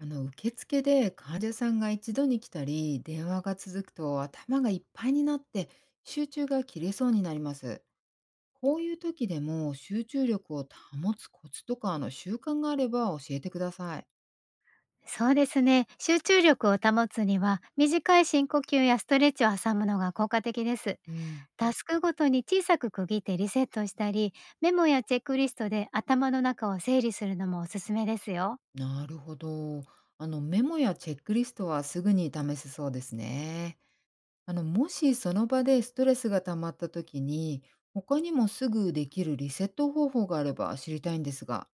受付で患者さんが一度に来たり電話が続くと頭がいっぱいになって集中が切れそうになります。こういう時でも集中力を保つコツとか習慣があれば教えてください。そうですね。集中力を保つには、短い深呼吸やストレッチを挟むのが効果的です。うん、タスクごとに小さく区切ってリセットしたり、メモやチェックリストで頭の中を整理するのもおすすめですよ。なるほど。メモやチェックリストはすぐに試せそうですね。もしその場でストレスが溜まった時に他にもすぐできるリセット方法があれば知りたいんですが。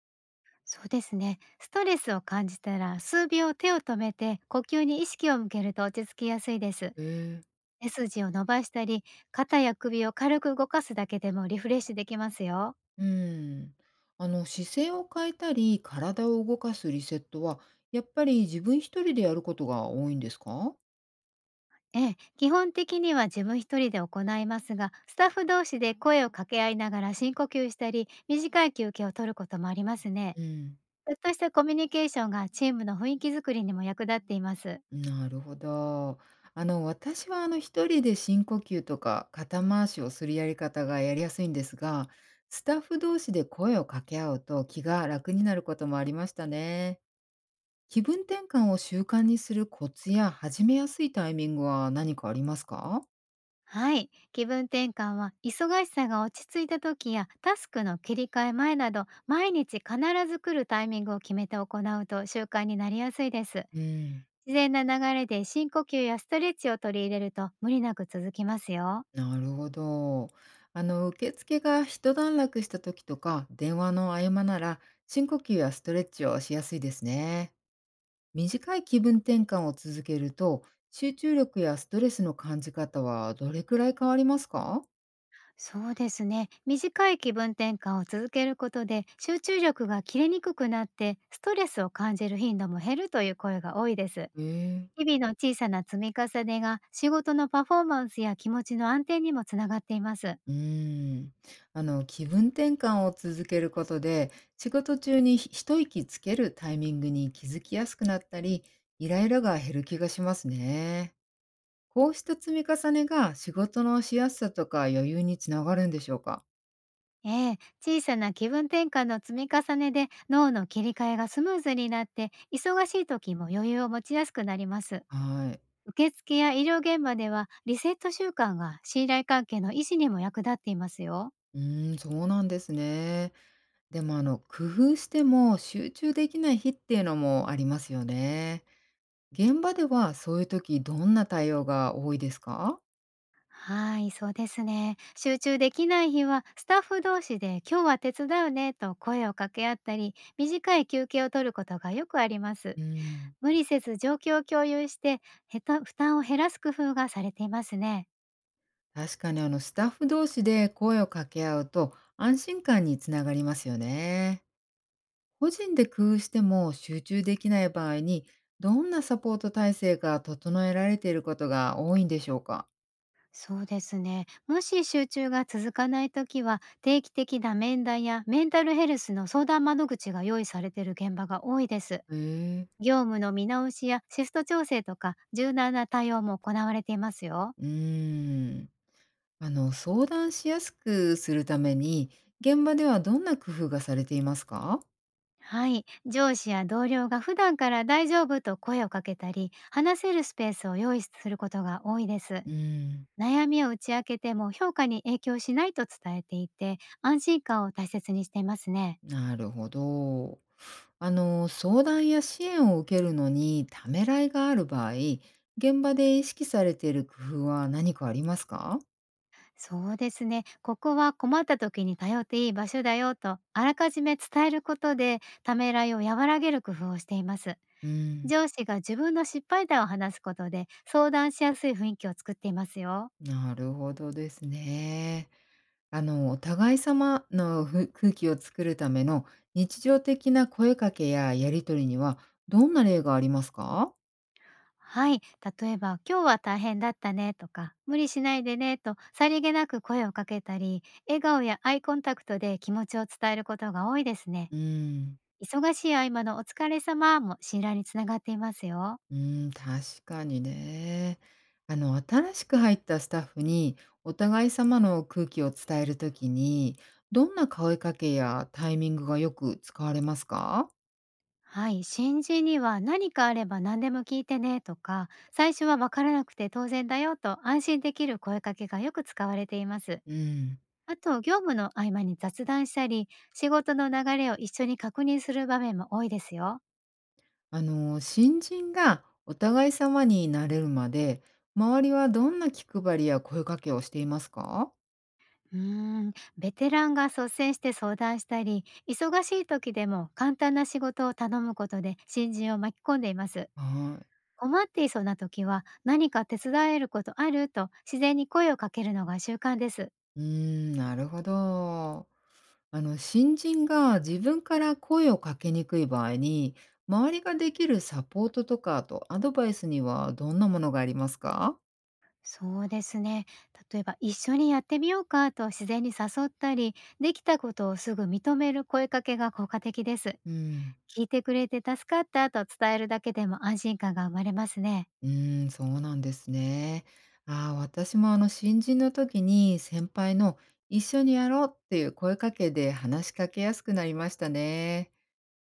そうですね。ストレスを感じたら、数秒手を止めて、呼吸に意識を向けると落ち着きやすいです。へえ。背筋を伸ばしたり、肩や首を軽く動かすだけでもリフレッシュできますよ。うーん。姿勢を変えたり、体を動かすリセットは、やっぱり自分一人でやることが多いんですか？ええ、基本的には自分一人で行いますが、スタッフ同士で声を掛け合いながら深呼吸したり、短い休憩を取ることもありますね。うん。ちょっとしたコミュニケーションがチームの雰囲気づくりにも役立っています。なるほど。私は一人で深呼吸とか肩回しをするやり方がやりやすいんですが、スタッフ同士で声を掛け合うと気が楽になることもありましたね。気分転換を習慣にするコツや始めやすいタイミングは何かありますか？はい。気分転換は、忙しさが落ち着いた時や、タスクの切り替え前など、毎日必ず来るタイミングを決めて行うと習慣になりやすいです。うん。自然な流れで深呼吸やストレッチを取り入れると無理なく続きますよ。なるほど。受付が一段落した時とか、電話の合間なら、深呼吸やストレッチをしやすいですね。短い気分転換を続けると、集中力やストレスの感じ方はどれくらい変わりますか？そうですね。短い気分転換を続けることで、集中力が切れにくくなって、ストレスを感じる頻度も減るという声が多いです。へえ。日々の小さな積み重ねが、仕事のパフォーマンスや気持ちの安定にもつながっています。うーん。気分転換を続けることで、仕事中に一息つけるタイミングに気づきやすくなったり、イライラが減る気がしますね。こうした積み重ねが仕事のしやすさとか余裕につながるんでしょうか？ええ、小さな気分転換の積み重ねで、脳の切り替えがスムーズになって、忙しい時も余裕を持ちやすくなります。はい。受付や医療現場では、リセット習慣が信頼関係の維持にも役立っていますよ。うーん、そうなんですね。でも工夫しても集中できない日っていうのもありますよね。現場ではそういう時どんな対応が多いですか？はい、そうですね。集中できない日は、スタッフ同士で「今日は手伝うね」と声を掛け合ったり、短い休憩を取ることがよくあります。うん、無理せず状況を共有して、へた負担を減らす工夫がされていますね。確かにスタッフ同士で声を掛け合うと安心感につながりますよね。個人で工夫しても集中できない場合に、どんなサポート体制が整えられていることが多いんでしょうか？そうですね。もし集中が続かないときは、定期的な面談やメンタルヘルスの相談窓口が用意されている現場が多いです。へえ。業務の見直しやシフト調整とか、柔軟な対応も行われていますよ。うーん。相談しやすくするために、現場ではどんな工夫がされていますか？はい、上司や同僚が普段から「大丈夫」と声をかけたり、話せるスペースを用意することが多いです。うーん、悩みを打ち明けても評価に影響しないと伝えていて、安心感を大切にしていますね。なるほど。相談や支援を受けるのにためらいがある場合、現場で意識されている工夫は何かありますか？そうですね。「ここは困った時に頼っていい場所だよ」と、あらかじめ伝えることで、ためらいを和らげる工夫をしています。うん、上司が自分の失敗談を話すことで、相談しやすい雰囲気を作っていますよ。なるほどですね。お互い様の空気を作るための日常的な声かけややり取りには、どんな例がありますか？はい。例えば、「今日は大変だったね」とか「無理しないでね」と、さりげなく声をかけたり、笑顔やアイコンタクトで気持ちを伝えることが多いですね。うーん、忙しい合間のお疲れ様も、信頼につながっていますよ。うん、確かにね。新しく入ったスタッフに、お互い様の空気を伝えるときに、どんな声かけやタイミングがよく使われますか？はい。新人には「何かあれば何でも聞いてね」とか「最初はわからなくて当然だよ」と、安心できる声かけがよく使われています。うん。あと、業務の合間に雑談したり、仕事の流れを一緒に確認する場面も多いですよ。新人がお互い様になれるまで、周りはどんな気配りや声かけをしていますか？うーベテランが率先して相談したり、忙しい時でも簡単な仕事を頼むことで、新人を巻き込んでいます。はい。困っていそうな時は「何か手伝えることある」と自然に声をかけるのが習慣です。うーん、なるほど。新人が自分から声をかけにくい場合に、周りができるサポートとか、あとアドバイスにはどんなものがありますか？そうですね。例えば「一緒にやってみようか」と自然に誘ったり、できたことをすぐ認める声かけが効果的です。「うん。聞いてくれて助かった」と伝えるだけでも、安心感が生まれますね。うーん、そうなんですね。ああ、私も新人の時に先輩の「一緒にやろう」っていう声かけで話しかけやすくなりましたね。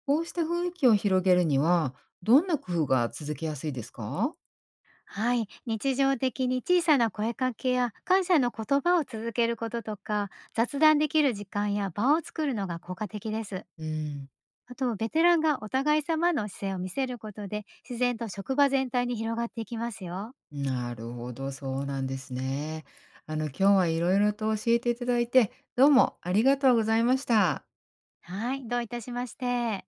こうした雰囲気を広げるには、どんな工夫が続けやすいですか？はい、日常的に小さな声かけや感謝の言葉を続けることとか、雑談できる時間や場を作るのが効果的です。うん。あと、ベテランがお互い様の姿勢を見せることで、自然と職場全体に広がっていきますよ。なるほど、そうなんですね。今日はいろいろと教えていただいて、どうもありがとうございました。はい、どういたしまして。